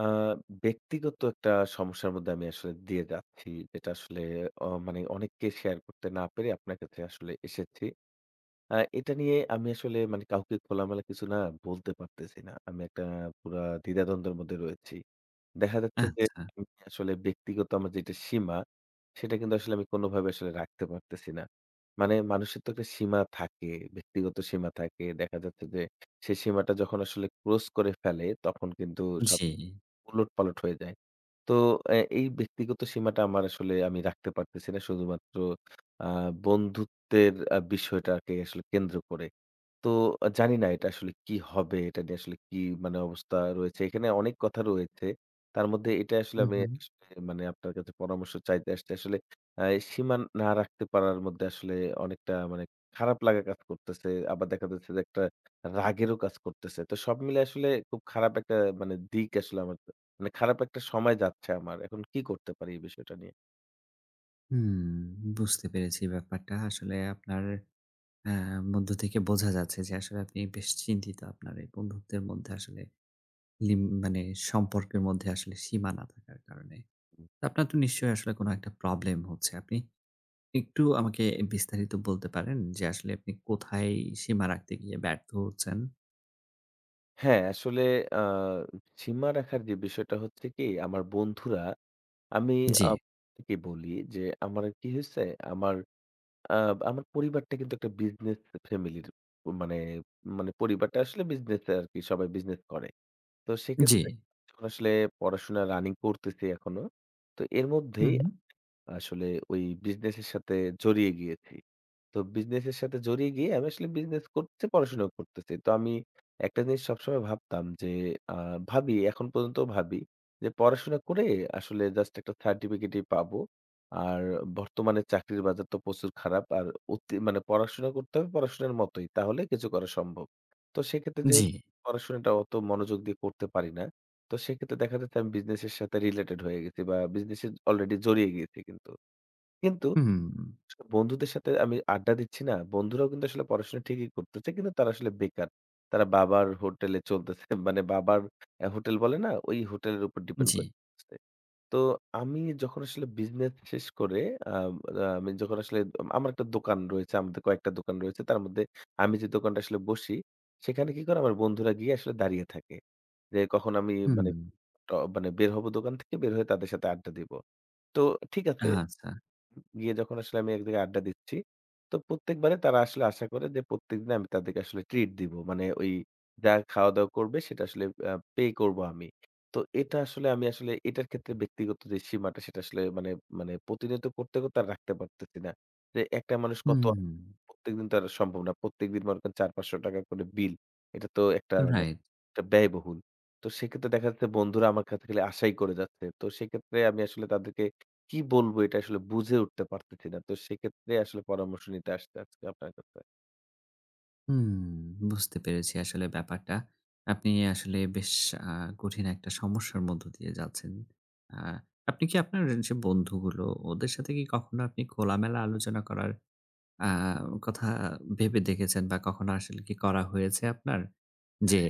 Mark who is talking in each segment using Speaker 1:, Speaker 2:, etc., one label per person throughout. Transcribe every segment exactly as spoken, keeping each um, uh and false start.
Speaker 1: আ ব্যক্তিগত একটা সমস্যার মধ্যে আমি আসলে দিয়ে যাচ্ছি। যেটা আসলে অ মানে অনেককে শেয়ার করতে না পেরে আপনার কাছে আসলে এসেছি। আ এটা নিয়ে আমি আসলে মানে কাউকে খোলামেলা কিছু না বলতে পারতেছি না। আমি একটা পুরা দ্বিধাদ্বন্দ্বের মধ্যে রয়েছি। দেখা যাচ্ছে যে
Speaker 2: আচ্ছা,
Speaker 1: আমি আসলে ব্যক্তিগত আমার যেটা সীমা, সেটা কিন্তু আসলে আমি কোনোভাবে আসলে রাখতে পারতেছি না। মানে মানুষের তো একটা সীমা থাকে, ব্যক্তিগত সীমা থাকে। দেখা যাচ্ছে যে সেই সীমাটা যখন আসলে ক্রস করে ফেলে তখন কিন্তু সব
Speaker 2: জি।
Speaker 1: উলটপালট হয়ে যায়। তো এ এই ব্যক্তিগত সীমাটা আমার আসলে আমি রাখতে পারতেছি না শুধুমাত্র আ বন্ধুত্বের আ বিষয়টাকে আসলে কেন্দ্র করে। তো আ জানি না এটা আসলে কি হবে? এটা নিয়ে আসলে কি মানে অবস্থা রয়েছে। এখানে অনেক কথা রয়েছে। তার মধ্যে এটা আসলে
Speaker 2: হু,
Speaker 1: আমি
Speaker 2: হু।
Speaker 1: আসলে মানে আপনার কাছে পরামর্শ চাইতে আসছি। আসলে আ সীমা না রাখতে পারার মধ্যে আসলে অনেকটা মানে খারাপ লাগা কাজ করতেছে। আবার দেখা যাচ্ছে যে একটা রাগেরও কাজ করতেছে। তো সব মিলে আসলে খুব খারাপ একটা মানে দিক আসলে আমার মানে খারাপ একটা সময় যাচ্ছে আমার। এখন কি করতে পারি এই বিষয়টা নিয়ে?
Speaker 2: হুম, বুঝতে পেরেছি ব্যাপারটা। আসলে আপনার অ্যা মধ্য থেকে বোঝা যাচ্ছে যে আসলে আপনি বেশ চিন্তিত। আপনার এই বন্ধুত্বের মধ্যে আসলে লিম মানে সম্পর্কের মধ্যে আসলে সীমা না থাকার কারণে। আপনার তো নিশ্চয়ই আসলে কোনো একটা প্রবলেম হচ্ছে। আপনি একটু আমাকে বিস্তারিত বলতে পারেন যে আসলে আপনি কোথায় সীমা রাখতে গিয়ে ব্যর্থ হচ্ছেন?
Speaker 1: হ্যাঁ, আসলে আ সীমা রাখার যে বিষয়টা হচ্ছে কি আমার বন্ধুরা আমি
Speaker 2: জি,
Speaker 1: আপনাকে বলি যে আমার কি হয়েছে, আমার আ আমার পরিবারটা কিন্তু একটা বিজনেস ফ্যামিলির মানে, মানে পরিবারটা আসলে বিজনেস এ আরকি সবাই বিজনেস করে। তো
Speaker 2: জি।
Speaker 1: সেক্ষেত্রে যখন আসলে পড়াশোনা রানিং করতেছি এখনো। তো এর
Speaker 2: হু,
Speaker 1: মধ্যেই
Speaker 2: হু।
Speaker 1: আসলে ওই বিজনেস এর সাথে জড়িয়ে গিয়েছি। তো বিজনেস এর সাথে জড়িয়ে গিয়ে আমি আসলে বিজনেস করতে পড়াশোনাও করতেছি। তো আমি একটা জিনিস সবসময় ভাবতাম যে আ ভাবি এখন পর্যন্ত ভাবি যে পড়াশোনা করে আসলে জাস্ট একটা সার্টিফিকেটই পাবো। আর বর্তমানে চাকরির বাজার তো প্রচুর খারাপ। আর অতি মানে পড়াশোনা করতে হবে পড়াশোনার মতোই। তাহলে কিছু করা সম্ভব। তো সেক্ষেত্রে
Speaker 2: জি।
Speaker 1: যেহেতু পড়াশোনাটা অত মনোযোগ দিয়ে করতে পারি না। তো সেক্ষেত্রে দেখা যাচ্ছে আমি বিজনেস এর সাথে রিলেটেড হয়ে গেছি বা বিজনেস এ অলরেডি জড়িয়ে গিয়েছি কিন্তু। কিন্তু
Speaker 2: হুম,
Speaker 1: আসলে বন্ধুদের সাথে আমি আড্ডা দিচ্ছি না, বন্ধুরাও কিন্তু আসলে পড়াশোনা ঠিকই করতেছে। কিন্তু তারা আসলে বেকার। তারা বাবার হোটেলে চলতেছে। মানে বাবার অ্যা হোটেল বলে না? ওই হোটেলের উপর ডিপেন্ড
Speaker 2: জি।
Speaker 1: করে চলতেছে। তো আমি যখন আসলে বিজনেস শেষ করে আম আ আমি যখন আসলে আমার একটা দোকান রয়েছে, আমাদের কয়েকটা দোকান রয়েছে। তার মধ্যে আমি যে দোকানটা আসলে বসি, সেখানে কি করে আমার বন্ধুরা গিয়ে আসলে দাঁড়িয়ে থাকে। যে কখন আমি
Speaker 2: হুম।
Speaker 1: মানে ট মানে বের হব দোকান থেকে, বের হয়ে তাদের সাথে আড্ডা দিব। তো ঠিক আছে
Speaker 2: আচ্ছা।
Speaker 1: গিয়ে যখন আসলে আমি এক জায়গায় আড্ডা দিচ্ছি, তো প্রত্যেকবারে তারা আসলে আশা করে যে প্রত্যেকদিন আমি তাদেরকে আসলে ট্রিট দিব। মানে ওই যা খাওয়া-দাওয়া করবে সেটা আসলে আ পে করব আমি। তো এটা আসলে আমি আসলে এটার ক্ষেত্রে ব্যক্তিগত যে সীমাটা সেটা আসলে মানে মানে প্রতিনিয়ত করতে, করতে আর রাখতে পারতেছি না। যে একটা মানুষ কত
Speaker 2: হুম,
Speaker 1: প্রত্যেকদিন তো আর সম্ভব না। প্রত্যেকদিন মনে করেন ৳চারশো-৳পাঁচশো করে বিল। এটা তো একটা মানে
Speaker 2: রাইট।
Speaker 1: একটা ব্যয়বহুল। তো সেক্ষেত্রে দেখা যাচ্ছে বন্ধুরা আমার কাছে খালি আশাই করে যাচ্ছে। তো সেক্ষেত্রে আমি আসলে তাদেরকে কি বলবো এটা আসলে বুঝে উঠতে পারতেছি না। তো সেক্ষেত্রে আসলে পরামর্শ নিতে আসছি আজকে আপনার কাছে।
Speaker 2: হুম, বুঝতে পেরেছি আসলে ব্যাপারটা। আপনি আসলে বেশ আ কঠিন একটা সমস্যার মধ্য দিয়ে যাচ্ছেন। আ আপনি কি আপনার যে বন্ধুগুলো, ওদের সাথে কি কখনো আপনি খোলামেলা আলোচনা করার আ কথা ভেবে দেখেছেন বা কখনো আসলে কি করা হয়েছে আপনার? যে,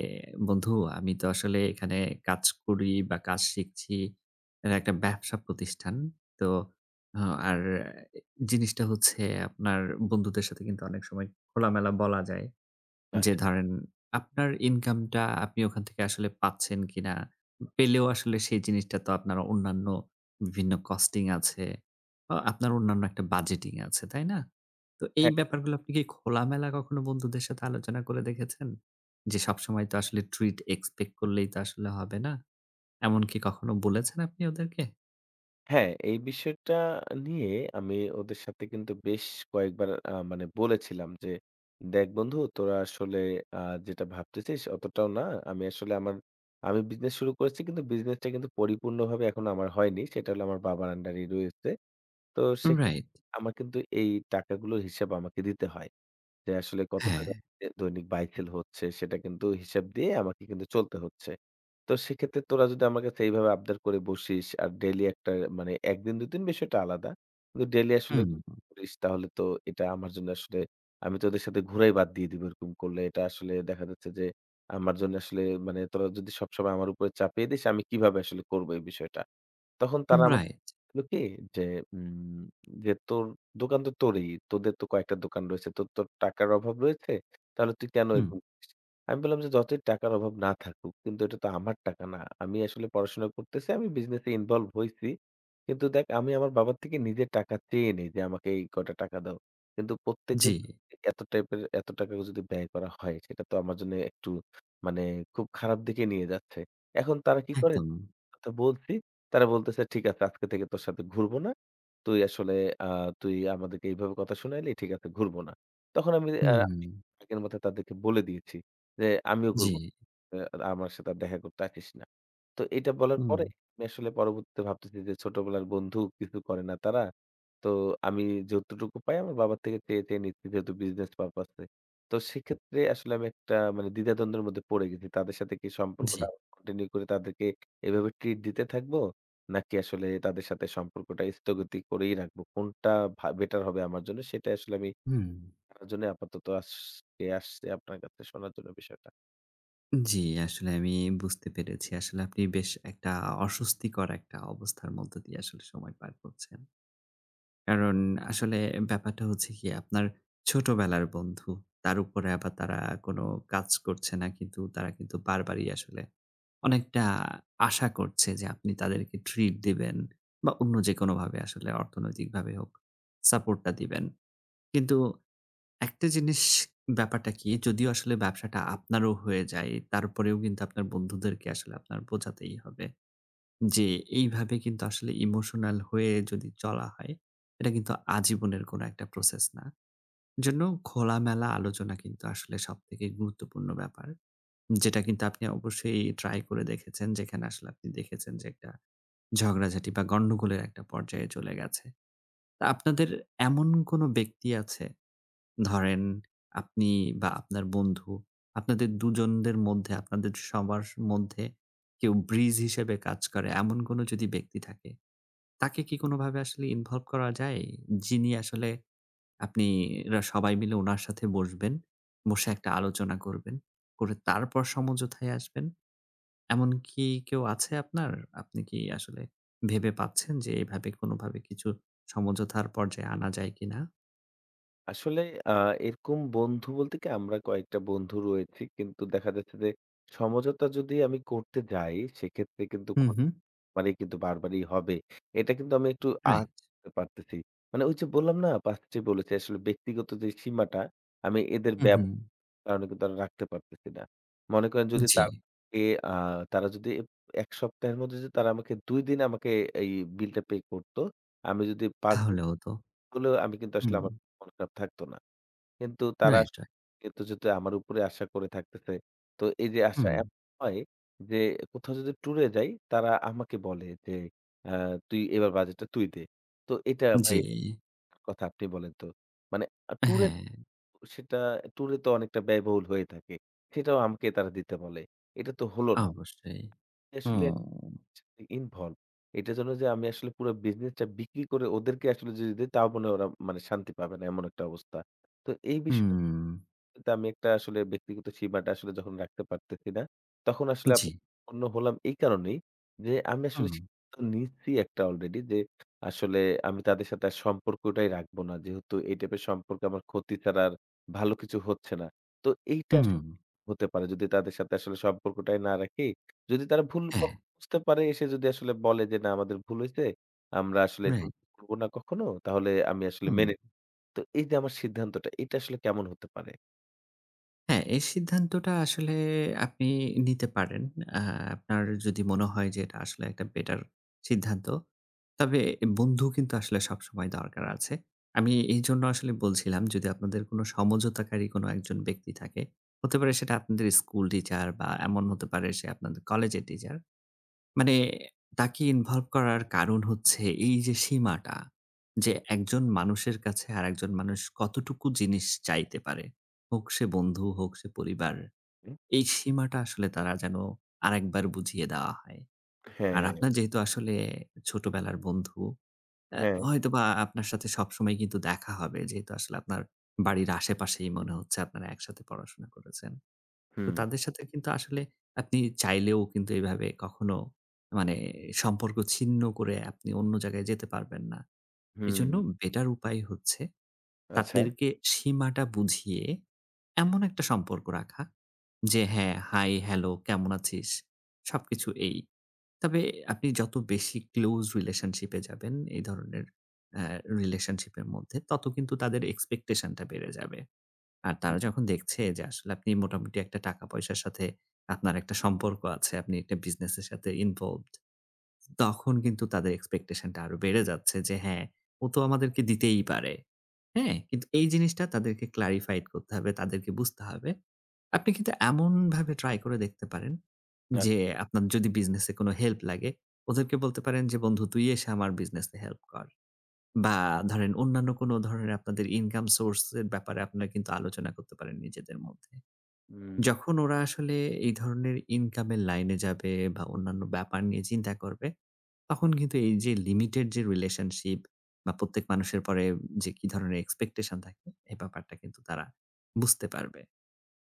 Speaker 2: "বন্ধু, আমি তো আসলে এখানে কাজ করি বা কাজ শিখছি। এটা একটা ব্যবসা প্রতিষ্ঠান। তো আ আর জিনিসটা হচ্ছে আপনার বন্ধুদের সাথে কিন্তু অনেক সময় খোলামেলা বলা যায়।" যে
Speaker 1: আচ্ছা।
Speaker 2: ধরেন আপনার ইনকামটা আপনি ওখান থেকে আসলে পাচ্ছেন কিনা? পেলেও আসলে সেই জিনিসটা তো আপনার অন্যান্য বিভিন্ন কস্টিং আছে। আ আপনার অন্যান্য একটা বাজেটিং আছে, তাই না? তো এই
Speaker 1: হ্যাঁ,
Speaker 2: ব্যাপারগুলো আপনি কি খোলামেলা কখনো বন্ধুদের সাথে আলোচনা করে দেখেছেন? যে সবসময় তো আসলে ট্রিট এক্সপেক্ট করলেই তো আসলে হবে না। এমন কি কখনো বলেছেন আপনি ওদেরকে?
Speaker 1: হ্যাঁ, এই বিষয়টা নিয়ে আমি ওদের সাথে কিন্তু বেশ কয়েকবার আ মানে বলেছিলাম যে, "দেখ বন্ধু তোরা আসলে আ যেটা ভাবতেছিস অতটাও না। আমি আসলে আমার আমি বিজনেস শুরু করেছি কিন্তু বিজনেসটা কিন্তু পরিপূর্ণভাবে এখনো আমার হয়নি। সেটা হলো আমার বাবার আন্ডারেই রয়েছে। তো সেক্ষেত্রে
Speaker 2: রাইট,
Speaker 1: আমার কিন্তু এই টাকাগুলোর হিসাব আমাকে দিতে হয়।" যে আসলে কত
Speaker 2: হ্যাঁ,
Speaker 1: টাকা এ দৈনিক বায় সেল হচ্ছে সেটা কিন্তু হিসাব দিয়ে আমাকে কিন্তু চলতে হচ্ছে। তো সেক্ষেত্রে তোরা যদি আমার কাছে এইভাবে আবদার করে বসিস আর ডেইলি একটা মানে এক দিন দুই দিন বিষয়টা আলাদা। কিন্তু ডেইলি আসলে
Speaker 2: হুম,
Speaker 1: করিস তাহলে তো এটা আমার জন্য আসলে আমি তোদের সাথে ঘুরাই বাদ দিয়ে দিব এরকম করলে। এটা আসলে দেখা যাচ্ছে যে আমার জন্য আসলে মানে তোরা যদি সবসময় আমার উপরে চাপিয়ে দিস আমি কিভাবে আসলে করব এই বিষয়টা। তখন তারা আমাকে
Speaker 2: রাইট,
Speaker 1: হলো কি যে উম যে তোর দোকান তো তোরই। তোদের তো কয়েকটা দোকান রয়েছে। তোর তো টাকার অভাব রয়েছে। তাহলে তুই কেন
Speaker 2: হুম,
Speaker 1: এরকম করছিস? আমি বললাম যে যতই টাকার অভাব না থাকুক কিন্তু এটা তো আমার টাকা না। আমি আসলে পড়াশোনা করতেছি। আমি বিজনেস এ ইনভলভ হইছি। কিন্তু দেখ আমি আমার বাবার থেকে নিজের টাকা চেয়ে নেই যে আমাকে এই কয়টা টাকা দাও। কিন্তু
Speaker 2: জি,
Speaker 1: প্রত্যেকদিন এত টাইপের এত টাকা যদি ব্যয় করা হয় সেটা তো আমার জন্য একটু মানে খুব খারাপ দিকে নিয়ে যাচ্ছে। এখন তারা কি করে
Speaker 2: একদম,
Speaker 1: কথা বলছি তারা বলতেছে, "ঠিক আছে আজকে থেকে তোর সাথে ঘুরবো না। তুই আসলে আ তুই আমাদেরকে এইভাবে কথা শুনাইলি, ঠিক আছে ঘুরবো না।" তখন আমি আ
Speaker 2: হুম,
Speaker 1: আগের মাথায় তাদেরকে বলে দিয়েছি যে, "আমিও
Speaker 2: জি,
Speaker 1: ঘুরবো না। অ্যা আমার সাথে আর দেখা করতে আসিস না। তো এটা বলার
Speaker 2: হুম,
Speaker 1: পরে আমি আসলে পরবর্তীতে ভাবতেছি যে ছোটবেলার বন্ধু কিছু করে না তারা। তো আমি যতটুকু পাই আমার বাবার থেকে চেয়ে, চেয়ে নিচ্ছি যেহেতু বিজনেস পারপাস এ। তো সেক্ষেত্রে আসলে আমি একটা মানে দ্বিধাদ্বন্দ্বের মধ্যে পড়ে গেছি। তাদের সাথে কি
Speaker 2: জি,
Speaker 1: সম্পর্কটা কন্টিনিউ করে তাদেরকে এভাবে ট্রিট দিতে থাকবো? নাকি আসলে তাদের সাথে সম্পর্কটা স্থগতি করেই রাখবো? কোনটা ভা বেটার হবে আমার জন্য সেটা আসলে আমি
Speaker 2: হুম।
Speaker 1: জানার জন্য আপাতত আজকে আসছি আপনার কাছে শোনার জন্য বিষয়টা।
Speaker 2: জি, আসলে আমি বুঝতে পেরেছি। আসলে আপনি বেশ একটা অস্বস্তিকর একটা অবস্থার মধ্য দিয়ে আসলে সময় পার করছেন। কারণ আসলে ব্যাপারটা হচ্ছে কি আপনার ছোটবেলার বন্ধু। তার উপরে আবার তারা কোনো কাজ করছে না কিন্তু তারা কিন্তু বারবারই আসলে অনেকটা আশা করছে যে আপনি তাদেরকে ট্রিট দিবেন বা অন্য যেকোনোভাবে আসলে অর্থনৈতিকভাবে হোক সাপোর্টটা দিবেন। কিন্তু একটা জিনিস ব্যাপারটা কি যদিও আসলে ব্যবসাটা আপনারও হয়ে যায়, তারপরেও কিন্তু আপনার বন্ধুদেরকে আসলে আপনার বোঝাতেই হবে। যে এইভাবে কিন্তু আসলে ইমোশনাল হয়ে যদি চলা হয়, এটা কিন্তু আজীবনের কোনো একটা প্রসেস না। জন্য খোলামেলা আলোচনা কিন্তু আসলে সবথেকে গুরুত্বপূর্ণ ব্যাপার। যেটা কিন্তু আপনি অবশ্যই ট্রাই করে দেখেছেন, যেখানে আসলে আপনি দেখেছেন যে একটা ঝগড়াঝাটি বা গন্ডগোলের একটা পর্যায়ে চলে গেছে। তা আপনাদের এমন কোনো ব্যক্তি আছে ধরেন আপনি বা আপনার বন্ধু, আপনাদের দুজনদের মধ্যে আপনাদের সবার মধ্যে কেউ ব্রিজ হিসেবে কাজ করে এমন কোনো যদি ব্যক্তি থাকে, তাকে কি কোনোভাবে আসলে ইনভলভ করা যায়? যিনি আসলে আপনি রা সবাই মিলে উনার সাথে বসবেন, বসে একটা আলোচনা করবেন, করে তারপর সমঝোতায় আসবেন। এমন কি কেউ আছে আপনার? আপনি কি আসলে ভেবে পাচ্ছেন যে এভাবে কোনোভাবে কিছু সমঝোতার পর্যায়ে আনা যায় কিনা?
Speaker 1: আসলে আ এরকম বন্ধু বলতে কি আমরা কয়েকটা বন্ধু রয়েছি। কিন্তু দেখা যাচ্ছে যে সমঝোতা যদি আমি করতে যাই সেক্ষেত্রে কিন্তু
Speaker 2: হুম,
Speaker 1: কোন
Speaker 2: হুম।
Speaker 1: ব্যাপারেই কিন্তু বারবারই হবে। এটা কিন্তু আমি একটু আঁচ
Speaker 2: রাইট।
Speaker 1: করতে পারতেছি। মানে ওই যে বললাম না ফার্স্ট এ বলেছি আসলে ব্যক্তিগত যে সীমাটা আমি এদের
Speaker 2: হুম, হুম।
Speaker 1: ব্যবহারের কারণে কিন্তু আর রাখতে পারতেছি না। মনে করেন যদি
Speaker 2: জি।
Speaker 1: তাকে আ তারা যদি এক সপ্তাহের মধ্যে যদি তারা আমাকে দুই দিন আমাকে এই বিলটা পে করত। আমি যদি পাঁচ দিন
Speaker 2: তাহলে হতো।
Speaker 1: হলেও আমি কিন্তু আসলে
Speaker 2: হুম,
Speaker 1: আমার মন খারাপ থাকতো না। কিন্তু তারা
Speaker 2: রাইট, রাইট।
Speaker 1: কিন্তু যদি আমার উপরে আশা করে থাকতেছে। তো এই যে আশা
Speaker 2: হুম,
Speaker 1: এমন হয় যে কোথাও যদি ট্যুরে যাই তারা আমাকে বলে যে, আ "তুই এবার বাজেটটা তুই দে।" তো এটা ভাই
Speaker 2: জি।
Speaker 1: কথা আপনি বলেন তো। মানে আ ট্যুরে
Speaker 2: হ্যাঁ,
Speaker 1: সেটা ট্যুরে তো অনেকটা ব্যয়বহুল হয়ে থাকে। সেটাও আমাকে তারা দিতে বলে। এটা তো হলো না।
Speaker 2: অবশ্যই।
Speaker 1: আসলে
Speaker 2: হুম,
Speaker 1: ইনভলভ। এটার জন্য যে আমি আসলে পুরো বিজনেসটা বিক্রি করে ওদেরকে আসলে যদি দেই তাও মনে হয় ওরা মানে শান্তি পাবে না এমন একটা অবস্থা। তো এই বিষয়
Speaker 2: হুম,
Speaker 1: কিন্তু আমি একটা আসলে ব্যক্তিগত সীমাটা আসলে যখন রাখতে পারতেছি না, তখন আসলে আপ
Speaker 2: জি।
Speaker 1: অন্য হলাম এই কারণেই যে আমি আসলে
Speaker 2: হুম,
Speaker 1: সিদ্ধান্ত নিচ্ছি একটা অলরেডি যে আসলে আমি তাদের সাথে আর সম্পর্কটাই রাখবো না। যেহেতু এই টাইপের সম্পর্কে আমার ক্ষতি ছাড়া আর ভালো কিছু হচ্ছে না। তো এইটা
Speaker 2: হুম,
Speaker 1: আসলে হতে পারে যদি তাদের সাথে আসলে সম্পর্কটাই না রাখি। যদি তারা ভুল
Speaker 2: হ্যাঁ,
Speaker 1: কখনো বুঝতে পারে এসে যদি আসলে বলে যে না আমাদের ভুল হইছে, আমরা আসলে এরকম
Speaker 2: রাইট।
Speaker 1: করব না কখনো তাহলে আমি আসলে
Speaker 2: হুম।
Speaker 1: মেনে তো এই যে আমার সিদ্ধান্তটা এটা আসলে কেমন হতে পারে?
Speaker 2: হ্যাঁ, এই সিদ্ধান্তটা আসলে আপনি নিতে পারেন। আ আপনার যদি মনে হয় যে এটা আসলে একটা বেটার সিদ্ধান্ত। তবে বন্ধু কিন্তু আসলে সবসময় দরকার আছে। আমি এইজন্য আসলে বলছিলাম যদি আপনাদের কোনো সমঝোতাকারী কোনো একজন ব্যক্তি থাকে, হতে পারে সেটা আপনাদের স্কুল টিচার বা এমন হতে পারে সে আপনাদের কলেজের টিচার। মানে তাকে ইনভলভ করার কারণ হচ্ছে এই যে সীমাটা, যে একজন মানুষের কাছে আরেকজন মানুষ কতটুকু জিনিস চাইতে পারে। হোক সে বন্ধু, হোক সে পরিবার। এই সীমাটা আসলে তারা যেন আরেকবার বুঝিয়ে দেওয়া হয়। আর
Speaker 1: হ্যাঁ,
Speaker 2: আপনার যেহেতু আসলে ছোটবেলার বন্ধু, অ্যা
Speaker 1: হ্যাঁ।
Speaker 2: হয়তোবা আপনার সাথে সবসময় কিন্তু দেখা হবে। যেহেতু আসলে আপনার বাড়ির আশেপাশেই মনে হচ্ছে আপনারা একসাথে পড়াশোনা করেছেন। তো
Speaker 1: হুম,
Speaker 2: তাদের সাথে কিন্তু আসলে আপনি চাইলেও কিন্তু এভাবে কখনো মানে সম্পর্ক ছিন্ন করে আপনি অন্য জায়গায় যেতে পারবেন না।
Speaker 1: হুম।
Speaker 2: এজন্য বেটার উপায় হচ্ছে
Speaker 1: আচ্ছা।
Speaker 2: তাদেরকে সীমাটা বুঝিয়ে এমন একটা সম্পর্ক রাখা যে হ্যাঁ, হাই, হ্যালো, কেমন আছিস? সবকিছু এই। তবে আপনি যত বেশি ক্লোজ রিলেশনশিপ এ যাবেন এই ধরনের অ্যা রিলেশনশিপ এর মধ্যে তত কিন্তু তাদের এক্সপেকটেশন টা বেড়ে যাবে। আর
Speaker 1: হুম,
Speaker 2: তারা যখন দেখছে যে আসলে আপনি মোটামুটি একটা টাকা পয়সার সাথে আপনার একটা সম্পর্ক আছে, আপনি একটা বিজনেসের সাথে ইনভলভড, তখন কিন্তু তাদের এক্সপেকটেশনটা আরো বেড়ে যাচ্ছে যে হ্যাঁ, ও তো আমাদেরকে দিতেই পারে। হ্যাঁ? কিন্তু এই জিনিসটা তাদেরকে ক্লারিফাইড করতে হবে, তাদেরকে বুঝতে হবে। আপনি কিন্তু এমনভাবে ট্রাই করে দেখতে পারেন
Speaker 1: আচ্ছা।
Speaker 2: যে আপনার যদি বিজনেসে কোনো হেল্প লাগে, ওদেরকে বলতে পারেন যে, "বন্ধু তুই এসে আমার বিজনেসে হেল্প কর।" বা ধরেন অন্যান্য কোনো ধরনের আপনাদের ইনকাম সোর্স এর ব্যাপারে আপনারা কিন্তু আলোচনা করতে পারেন নিজেদের মধ্যে।
Speaker 1: হুম,
Speaker 2: যখন ওরা আসলে এই ধরনের ইনকামের লাইনে যাবে বা অন্যান্য ব্যাপার নিয়ে চিন্তা করবে, তখন কিন্তু এই যে লিমিটেড যে রিলেশনশিপ বা প্রত্যেক মানুষের পরে যে কি ধরনের এক্সপেকটেশন থাকে, এই ব্যাপারটা কিন্তু তারা বুঝতে পারবে।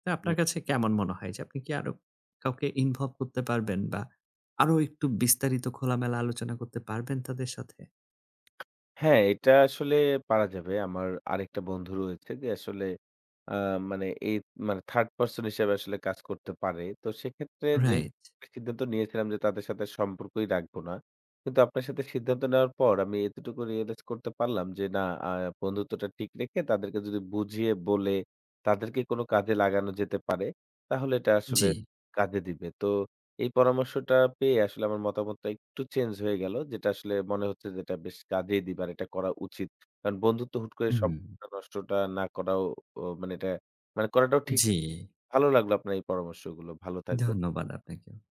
Speaker 2: তো
Speaker 1: হুম।
Speaker 2: আপনার কাছে কেমন মনে হয় যে আপনি কি আরো কাউকে ইনভলভ করতে পারবেন বা আরো একটু বিস্তারিত খোলামেলা আলোচনা করতে পারবেন তাদের সাথে?
Speaker 1: হ্যাঁ, এটা আসলে পারা যাবে। আমার আরেকটা বন্ধু রয়েছে যে আসলে আ মানে এই মানে থার্ড পারসন হিসেবে আসলে কাজ করতে পারে। তো সেক্ষেত্রে যেহেতু
Speaker 2: রাইট,
Speaker 1: সিদ্ধান্ত নিয়েছিলাম যে তাদের সাথে সম্পর্কই রাখবো না। কিন্তু আপনার সাথে সিদ্ধান্ত নেওয়ার পর আমি এতটুকু রিয়ালাইজ করতে পারলাম যে না আ বন্ধুত্বটা ঠিক রেখে তাদেরকে যদি বুঝিয়ে বলে তাদেরকে কোনো কাজে লাগানো যেতে পারে তাহলে এটা আসলে
Speaker 2: জি।
Speaker 1: কাজে দিবে। তো এই পরামর্শটা পেয়ে আসলে আমার মতামতটা একটু চেঞ্জ হয়ে গেল। যেটা আসলে মনে হচ্ছে যে এটা বেশ কাজেই দিবে আর এটা করা উচিত। কারণ বন্ধুত্ব হুট করে
Speaker 2: হুম।
Speaker 1: সম্পর্কটা নষ্টটা না করাও ও মানে এটা মানে করাটাও ঠিক
Speaker 2: জি,
Speaker 1: ভালো লাগলো আপনার এই পরামর্শগুলো। ভালো থাকবেন।
Speaker 2: ধন্যবাদ আপনাকেও।